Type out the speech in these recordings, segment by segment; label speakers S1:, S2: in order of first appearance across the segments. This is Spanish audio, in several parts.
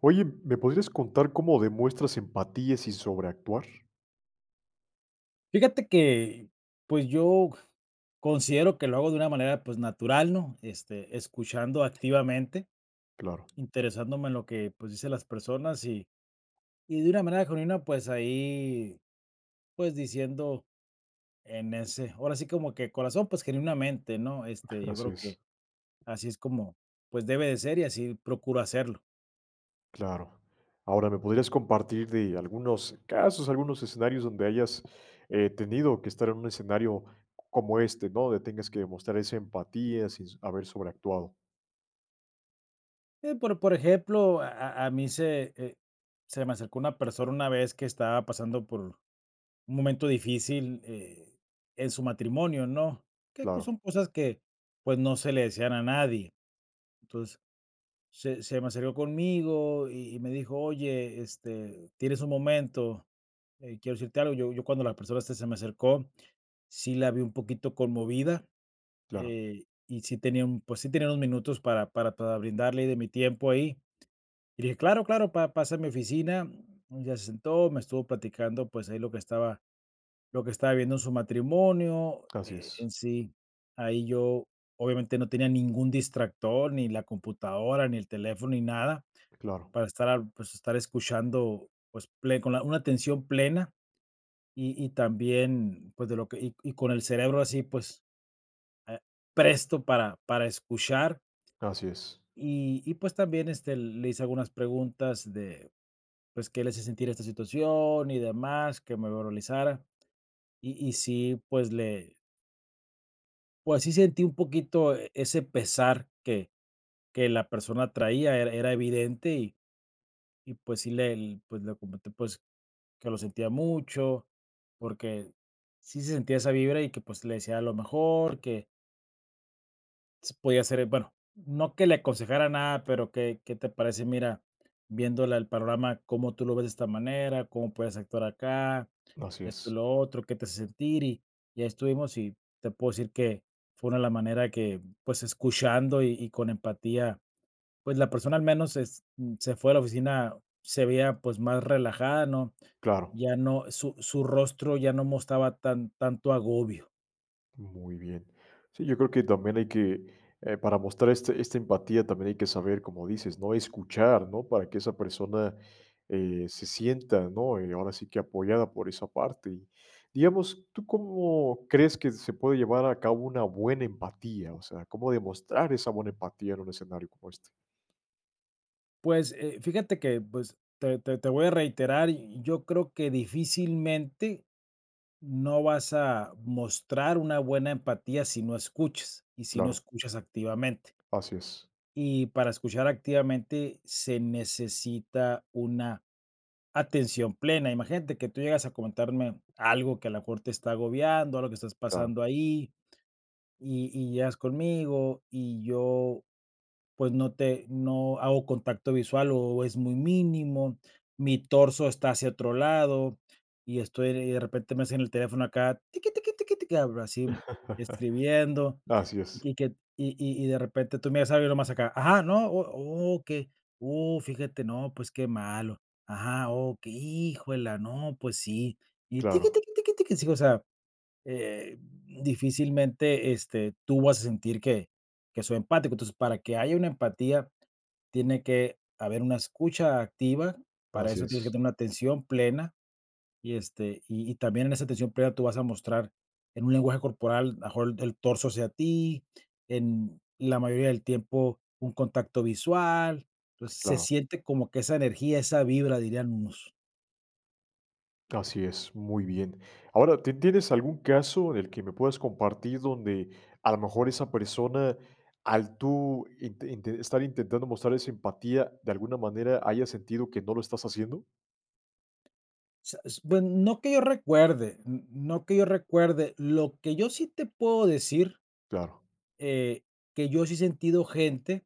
S1: Oye, ¿me podrías contar cómo demuestras empatía sin sobreactuar?
S2: Fíjate que, pues, yo considero que lo hago de una manera, pues, natural, ¿no? Este, escuchando activamente,
S1: Claro,
S2: interesándome en lo que, pues, dicen las personas, y de una manera genuina, pues, ahí, pues, diciendo en ese ahora sí como que corazón, pues, genuinamente, ¿no? Este, yo
S1: así
S2: creo que
S1: es,
S2: así es como, pues, debe de ser y así procuro hacerlo.
S1: claro. Ahora, ¿me podrías compartir de algunos casos, algunos escenarios donde hayas, tenido que estar en un escenario como este? ¿No? ¿De tengas que demostrar esa empatía sin s haber sobreactuado?
S2: Por ejemplo, a mí se me acercó una persona una vez que estaba pasando por un momento difícil, en su matrimonio, ¿no? Que co Son
S1: Claro,
S2: cosas que, pues, no se le decían a nadie. Entonces, se me acercó conmigo y me dijo: "Oye, este, ¿tienes un momento? Quiero decirte algo". Yo, cuando la persona se me acercó, sí la vi un poquito conmovida,
S1: claro,
S2: y sí tenía unos minutos para brindarle de mi tiempo ahí. Y dije: "Claro, claro, pa pasa a mi oficina". Ya se sentó, me estuvo platicando, pues, ahí lo que estaba viendo en su matrimonio,
S1: así
S2: en
S1: es,
S2: sí. Ahí yo, obviamente, no tenía ningún distractor, ni la computadora, ni el teléfono, ni nada,
S1: claro,
S2: para estar escuchando, pues, ple con la una atención plena, y también, pues, de lo que y con el cerebro así, pues, eh, presto para escuchar.
S1: así es,
S2: Y, pues, también, este, le hice algunas preguntas de, pues, qué le hace sentir esta situación y demás, que me valorizara. Y sí, pues, le Pues sí sentí un poquito ese pesar que la persona traía, era evidente, y pues sí le comenté, pues, que lo sentía mucho, porque sí se sentía esa vibra y que, pues, le decía: "A lo mejor que se podía ser, bueno, no que le aconsejara nada, pero ¿qué te parece? Mira, viéndola el panorama, cómo tú lo ves de esta manera, cómo puedes actuar acá,
S1: así
S2: esto y
S1: es,
S2: lo otro, qué te hace sentir". Y y ahí estuvimos, y te puedo decir que fue una la manera que, pues, escuchando y con empatía, pues, la persona, al menos se fue de la oficina, se veía, pues, más relajada, ¿no?
S1: claro.
S2: Su rostro ya no mostraba tanto agobio.
S1: Muy bien. Sí, yo creo que también hay que, para mostrar este, esta empatía, también hay que saber, como dices, ¿no? Escuchar, ¿no? Para que esa persona se sienta, ¿no? Ahora sí que apoyada por esa parte. Y, digamos, ¿tú cómo crees que se puede llevar a cabo una buena empatía? O sea, ¿cómo demostrar esa buena empatía en un escenario como este?
S2: Pues, fíjate que, pues, te voy a reiterar, y yo creo que difícilmente no vas a mostrar una buena empatía si no escuchas, y si no
S1: Claro,
S2: escuchas activamente.
S1: así es,
S2: Y para escuchar activamente se necesita una atención plena. Imagínate que tú llegas a comentarme algo que a lo mejor te está agobiando, algo que estás
S1: claro.
S2: pasando ahí, y llegas conmigo, y yo pues no hago contacto visual, o es muy mínimo, mi torso está hacia otro lado, y de repente me hacen el teléfono acá, tiqui, tiqui, tiqui, tiqui, ah, así escribiendo,
S1: Así es,
S2: y que y de repente tú miras algo y nomás acá, ajá, no, o que fíjate, no, pues qué malo, ajá, okey, híjuela, no, pues sí, y tiqui,
S1: claro,
S2: tiqui, tiqui, tiqui, sí, o sea, eh, difícilmente, este, tú vas a sentir que soy empático. Entonces, para que haya una empatía, tiene que haber una escucha activa, para
S1: así
S2: eso tienes que
S1: es,
S2: tener una atención plena, y, este, y también en esa atención plena tú vas a mostrar en un lenguaje corporal, a lo mejor el torso hacia ti, en la mayoría del tiempo un contacto visual. Entonces, se
S1: claro.
S2: siente como que esa energía, esa vibra, dirían unos.
S1: Así es, muy bien. Ahora, ¿tienes algún caso en el que me puedas compartir donde a lo mejor esa persona, al tú estar intentando mostrar esa empatía, de alguna manera haya sentido que no lo estás haciendo?
S2: Sa s Bueno, no que yo recuerde, n no que yo recuerde. Lo que yo sí te puedo decir,
S1: Claro,
S2: eh, que yo sí he sentido gente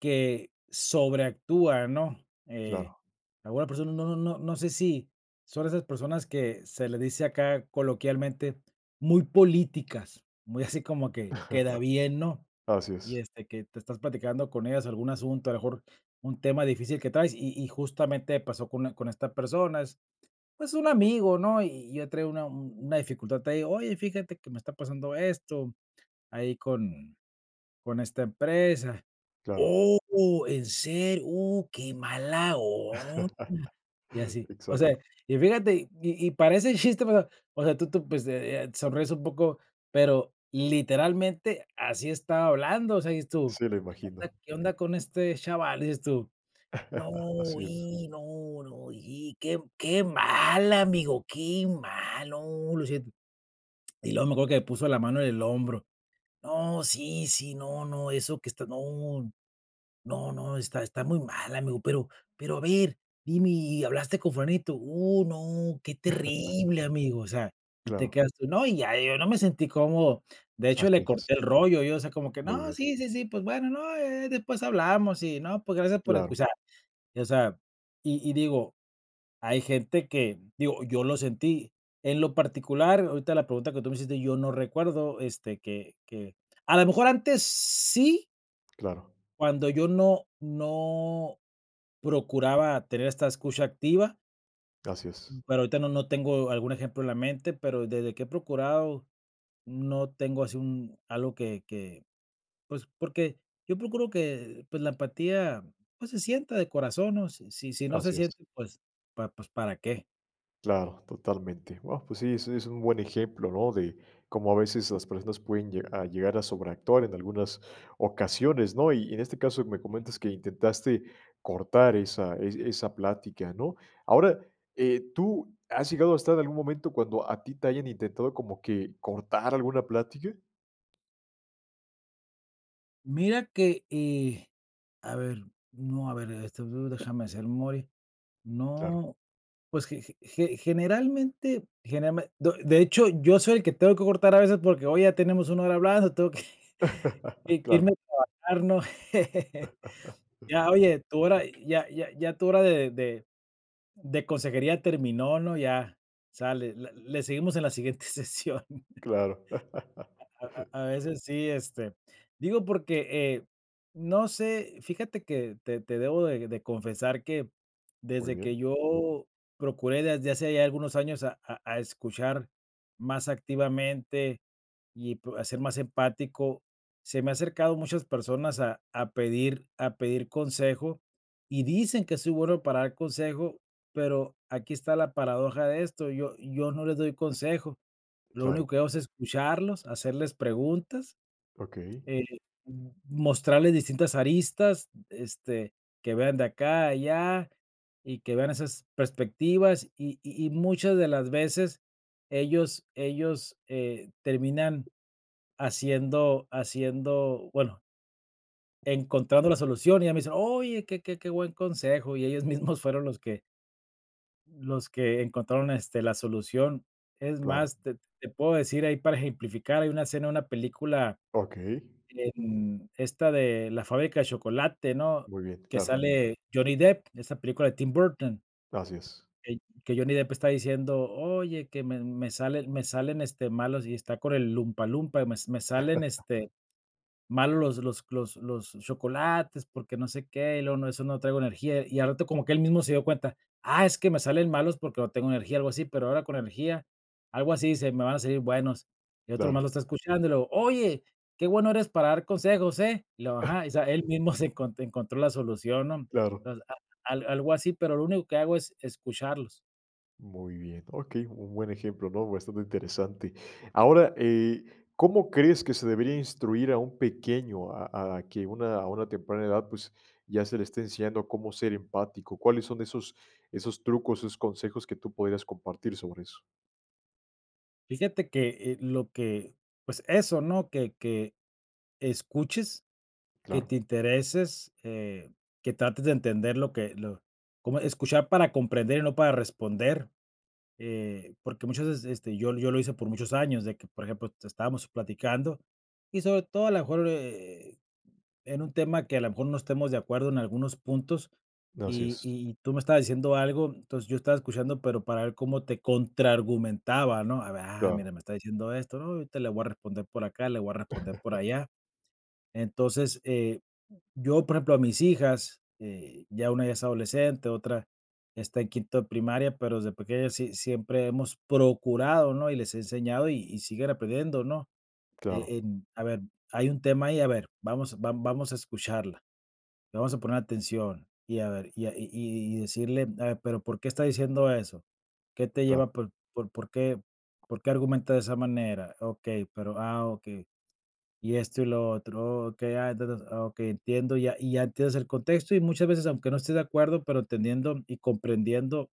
S2: que sobreactúa, ¿no?
S1: claro,
S2: Alguna persona, no sé si son esas personas que se les dice acá coloquialmente, muy políticas, muy así como que queda bien, ¿no?
S1: así
S2: Y,
S1: es,
S2: este, que te estás platicando con ellas algún asunto, a lo mejor un tema difícil que traes, y justamente pasó con esta persona. Pues un amigo, ¿no? Y yo traigo una dificultad ahí. Oye, fíjate que me está pasando esto ahí con esta empresa.
S1: claro.
S2: "Oh, ¿en serio? Qué mala onda", y así. O sea,
S1: Exacto,
S2: y fíjate, y parece chiste, pero, o sea, tú, pues, sonríes un poco, pero literalmente así estaba hablando, o sea, dices tú:
S1: sí, lo
S2: onda
S1: imagino.
S2: Qué onda con este chaval?". Dices tú: "No,
S1: Así es,
S2: y no, no, y qué mal, amigo, qué mal, no, lo siento". Y luego me acuerdo que me puso la mano en el hombro. "No, sí, sí, no, no, eso que está, no, no, no, está muy mal, amigo, pero a ver, dime, ¿y hablaste con fulanito? No, qué terrible, amigo", o sea, y te
S1: claro,
S2: quedas tú, no, y ya yo no me sentí cómodo. De hecho,
S1: así
S2: le
S1: es,
S2: corté el rollo, yo, o sea, como que:
S1: muy
S2: "No,
S1: bien,
S2: sí, sí, sí, pues bueno, no, después hablamos", y no, pues gracias por escuchar.
S1: claro,
S2: O sea, y digo, hay gente que, digo, yo lo sentí. En lo particular, ahorita la pregunta que tú me hiciste, yo no recuerdo, este, que a lo mejor antes sí,
S1: claro,
S2: cuando yo no procuraba tener esta escucha activa.
S1: así
S2: Mm.
S1: es,
S2: Pero ahorita no tengo algún ejemplo en la mente, pero desde que he procurado, no tengo así un algo que, pues, porque yo procuro que, pues, la empatía, pues, se sienta de corazón, ¿no? Si no se
S1: así es.
S2: siente, pues, ¿para qué?
S1: Claro, totalmente. Bueno, pues sí, es un buen ejemplo, ¿no? De cómo a veces las personas pueden a llegar a sobreactuar en algunas ocasiones, ¿no? Y en este caso me comentas que intentaste cortar esa, esa plática, ¿no? Ahora, ¿tú has llegado a estar en algún momento cuando a ti te hayan intentado como que cortar alguna plática?
S2: Mira que, a ver, no, a ver, este, déjame hacer memoria.
S1: Claro.
S2: No, pues, ge ge ge generalmente generalme do de hecho, yo soy el que tengo que cortar a veces porque, hoy ya tenemos una hora hablando, tengo que que
S1: Claro,
S2: irme a trabajar, ¿no? Ya, oye, tu hora ya ya ya tu hora de consejería terminó, ¿no? Ya, sale, le seguimos en la siguiente sesión.
S1: claro.
S2: A veces sí, este, digo, porque, no sé, fíjate que te debo de confesar que
S1: Muy
S2: desde que
S1: bien,
S2: yo procuré, desde hace ya algunos años, a escuchar más activamente y p a ser más empático, se me ha acercado muchas personas a pedir a pedir consejo, y dicen que soy bueno para dar consejo, pero aquí está la paradoja de esto: yo no les doy consejo. Lo
S1: claro.
S2: único que hago es escucharlos, hacerles preguntas,
S1: Ok,
S2: eh, mostrarles distintas aristas, este, que vean de acá a allá y que vean esas perspectivas, y muchas de las veces ellos, terminan haciendo haciendo, bueno, encontrando la solución, y ya me dicen: "Oye, qué buen consejo", y ellos mismos fueron los que encontraron, este, la solución. Es
S1: claro.
S2: más, te puedo decir, ahí para ejemplificar, hay una película,
S1: Ok,
S2: en esta de La fábrica de chocolate, ¿no?
S1: muy bien,
S2: Que
S1: claro.
S2: sale Johnny Depp, esa película de Tim Burton,
S1: Así es.
S2: que que Johnny Depp está diciendo: "Oye, que me salen, este, malos", y está con el Lumpa Lumpa: Me salen, este, malos los los los chocolates, porque no sé qué", y luego: "No, eso, no traigo energía". Y al rato como que él mismo se dio cuenta: "Ah, es que me salen malos porque no tengo energía", algo así, "pero ahora con energía", algo así, dice, "me van a salir buenos". Y otro
S1: Claro,
S2: más lo está escuchando y luego: "Oye, qué bueno eres para dar consejos, ¿eh?". Y luego, ajá, o sea, él mismo se encont encontró la solución, ¿no?
S1: claro.
S2: Entonces, a al algo así, pero lo único que hago es escucharlos.
S1: Muy bien, ok, un buen ejemplo, ¿no? Bastante interesante. Ahora, ¿cómo crees que se debería instruir a un pequeño a que una, a una temprana edad pues ya se le esté enseñando cómo ser empático? ¿Cuáles son esos, esos trucos, esos consejos que tú podrías compartir sobre eso?
S2: Fíjate que, lo que, pues eso, ¿no? Que escuches, que
S1: Claro,
S2: te intereses, que trates de entender lo que lo como escuchar para comprender y no para responder, porque muchas veces, este, yo lo hice por muchos años, de que, por ejemplo, te estábamos platicando, y sobre todo a lo mejor, en un tema que a lo mejor no estemos de acuerdo en algunos puntos,
S1: así
S2: y
S1: es,
S2: y y tú me estabas diciendo algo, entonces yo estaba escuchando, pero para ver cómo te contraargumentaba, ¿no? A ver, ah, mira,
S1: claro,
S2: me está diciendo esto, no, ahorita le voy a responder por acá, le voy a responder por allá. Entonces, yo, por ejemplo, a mis hijas, ya una ya es adolescente, otra está en quinto de primaria, pero desde pequeñas sí siempre hemos procurado, ¿no? Y les he enseñado, y siguen aprendiendo, ¿no?
S1: claro,
S2: A ver, hay un tema ahí, a ver, vamos, vamos a escucharla, vamos a poner atención, y a ver, y, decirle, a ver, pero ¿por qué está diciendo eso? ¿Qué te
S1: claro.
S2: lleva por qué argumenta de esa manera? Ok, pero, ah, ok. Y esto y lo otro, okey, entonces, okey, entiendo, ya y ya entiendes el contexto, y muchas veces, aunque no estés de acuerdo, pero entendiendo y comprendiendo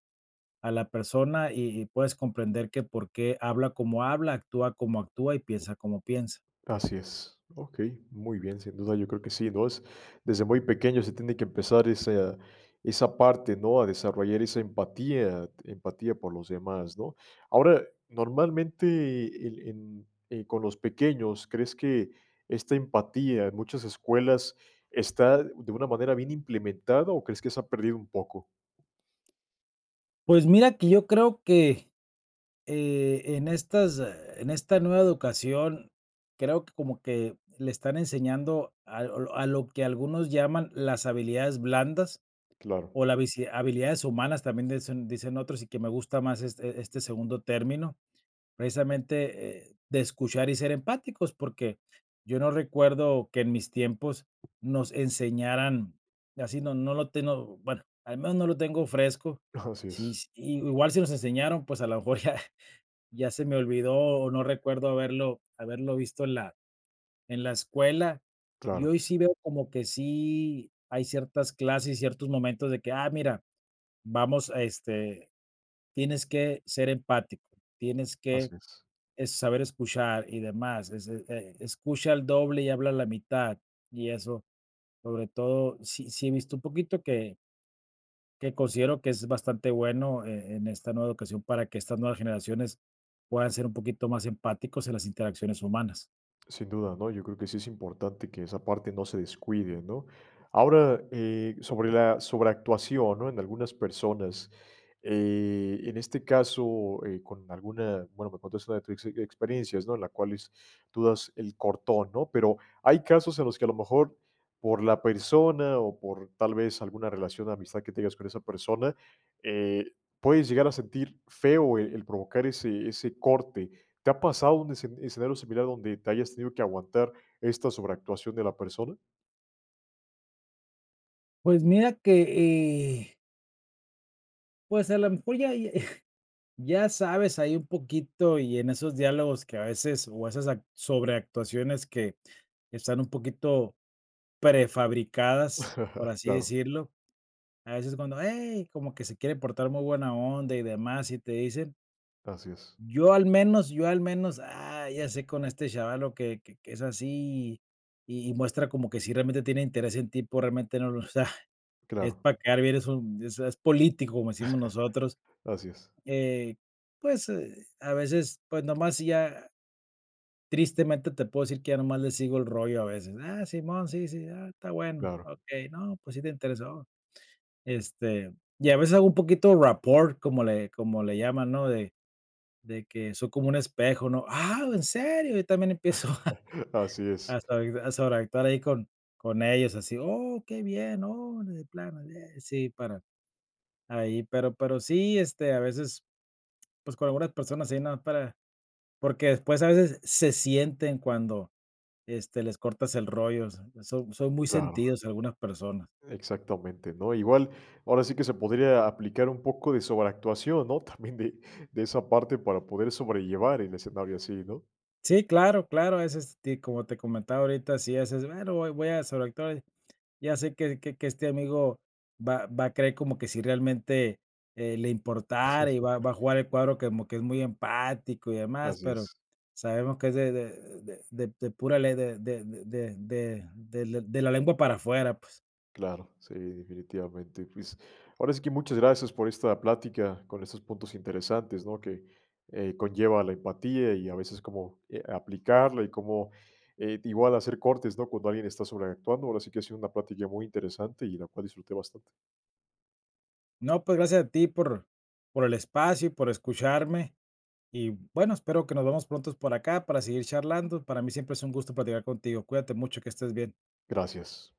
S2: a la persona, y puedes comprender que por qué habla como habla, actúa como actúa y piensa como piensa.
S1: Así es. Ok, muy bien, sin duda yo creo que sí, ¿no? Es, desde muy pequeño se tiene que empezar esa, esa parte, ¿no? A desarrollar esa empatía, empatía por los demás, ¿no? Ahora, normalmente con los pequeños, ¿crees que esta empatía en muchas escuelas está de una manera bien implementada o crees que se ha perdido un poco?
S2: Pues mira que yo creo que, en esta nueva educación, creo que como que le están enseñando a lo que algunos llaman las habilidades blandas.
S1: Claro,
S2: O las vici habilidades humanas también dicen otros, y que me gusta más este segundo término, precisamente, de escuchar y ser empáticos, porque yo no recuerdo que en mis tiempos nos enseñaran así, no lo tengo, bueno, al menos no lo tengo fresco.
S1: así
S2: Sí,
S1: es,
S2: sí, y igual si nos enseñaron, pues a lo mejor ya ya se me olvidó, o no recuerdo haberlo visto en la escuela. Y
S1: claro,
S2: hoy sí veo como que sí hay ciertas clases y ciertos momentos de que, ah, mira, vamos, a este, tienes que ser empático, tienes que,
S1: así es.
S2: saber escuchar y demás, es escucha el doble y habla la mitad, y eso, sobre todo, sí he visto un poquito que considero que es bastante bueno, en esta nueva educación para que estas nuevas generaciones puedan ser un poquito más empáticos en las interacciones humanas.
S1: Sin duda, ¿no? Yo creo que sí es importante que esa parte no se descuide, ¿no? Ahora, sobre la sobreactuación, ¿no? En algunas personas, en este caso, con alguna, bueno, me contaste una de tus experiencias, ¿no? En la cuales tú das el cortón, ¿no? Pero hay casos en los que a lo mejor por la persona o por tal vez alguna relación de amistad que tengas con esa persona, eh, puedes llegar a sentir feo el provocar ese, ese corte. ¿Te ha pasado un escenario similar donde te hayas tenido que aguantar esta sobreactuación de la persona?
S2: Pues mira que, eh, pues a lo mejor ya ya sabes, hay un poquito y en esos diálogos que a veces o esas sobreactuaciones que están un poquito prefabricadas, por así
S1: Claro,
S2: decirlo, a veces cuando, hey, como que se quiere portar muy buena onda y demás y te dicen,
S1: así es,
S2: yo al menos, ya sé con este chavalo que es así y muestra como que si realmente tiene interés en ti, pues realmente no lo, o sea, es
S1: claro,
S2: para quedar bien, es es político, como decimos nosotros.
S1: así es,
S2: eh, pues, eh, a veces, pues, nomás sí ya tristemente te puedo decir que ya nomás le sigo el rollo a veces. Ah, simón, sí, sí, está bueno,
S1: claro,
S2: okey, no, pues sí te interesó. Este, y a veces hago un poquito rapport, como le llaman, ¿no? De que soy como un espejo, ¿no? Ah, ¿en serio? Yo también empiezo a
S1: así es,
S2: sobreactuar ahí con ellos, así, oh, qué bien, oh, de plano, sí, para ahí, pero sí, este, a veces, pues, con algunas personas sí, no, para. Porque después a veces se sienten cuando, este, les cortas el rollo, s son muy
S1: claro,
S2: sentidos algunas personas.
S1: exactamente, ¿no? Igual, ahora sí que se podría aplicar un poco de sobreactuación, ¿no? También de esa parte para poder sobrellevar el escenario así, ¿no?
S2: Sí, claro, claro, a veces, ti como te comentaba ahorita, sí, a veces, bueno, voy a sobreactuar, ya sé que este amigo va a creer como que si realmente, le importara y va a jugar el cuadro que como que es muy empático y demás,
S1: Así
S2: pero
S1: es.
S2: sabemos que es de pura le de la lengua para afuera, pues.
S1: Claro, sí, definitivamente. Pues, ahora sí que muchas gracias por esta plática con estos puntos interesantes, ¿no? Que conlleva la empatía y a veces cómo aplicarla y cómo igual hacer cortes, ¿no? Cuando alguien está sobreactuando. Ahora sí que ha sido una plática muy interesante y la cual disfruté bastante.
S2: No, pues gracias a ti por el espacio y por escucharme. Y bueno, espero que nos vemos pronto por acá para seguir charlando. Para mí siempre es un gusto platicar contigo. Cuídate mucho, que estés bien.
S1: Gracias.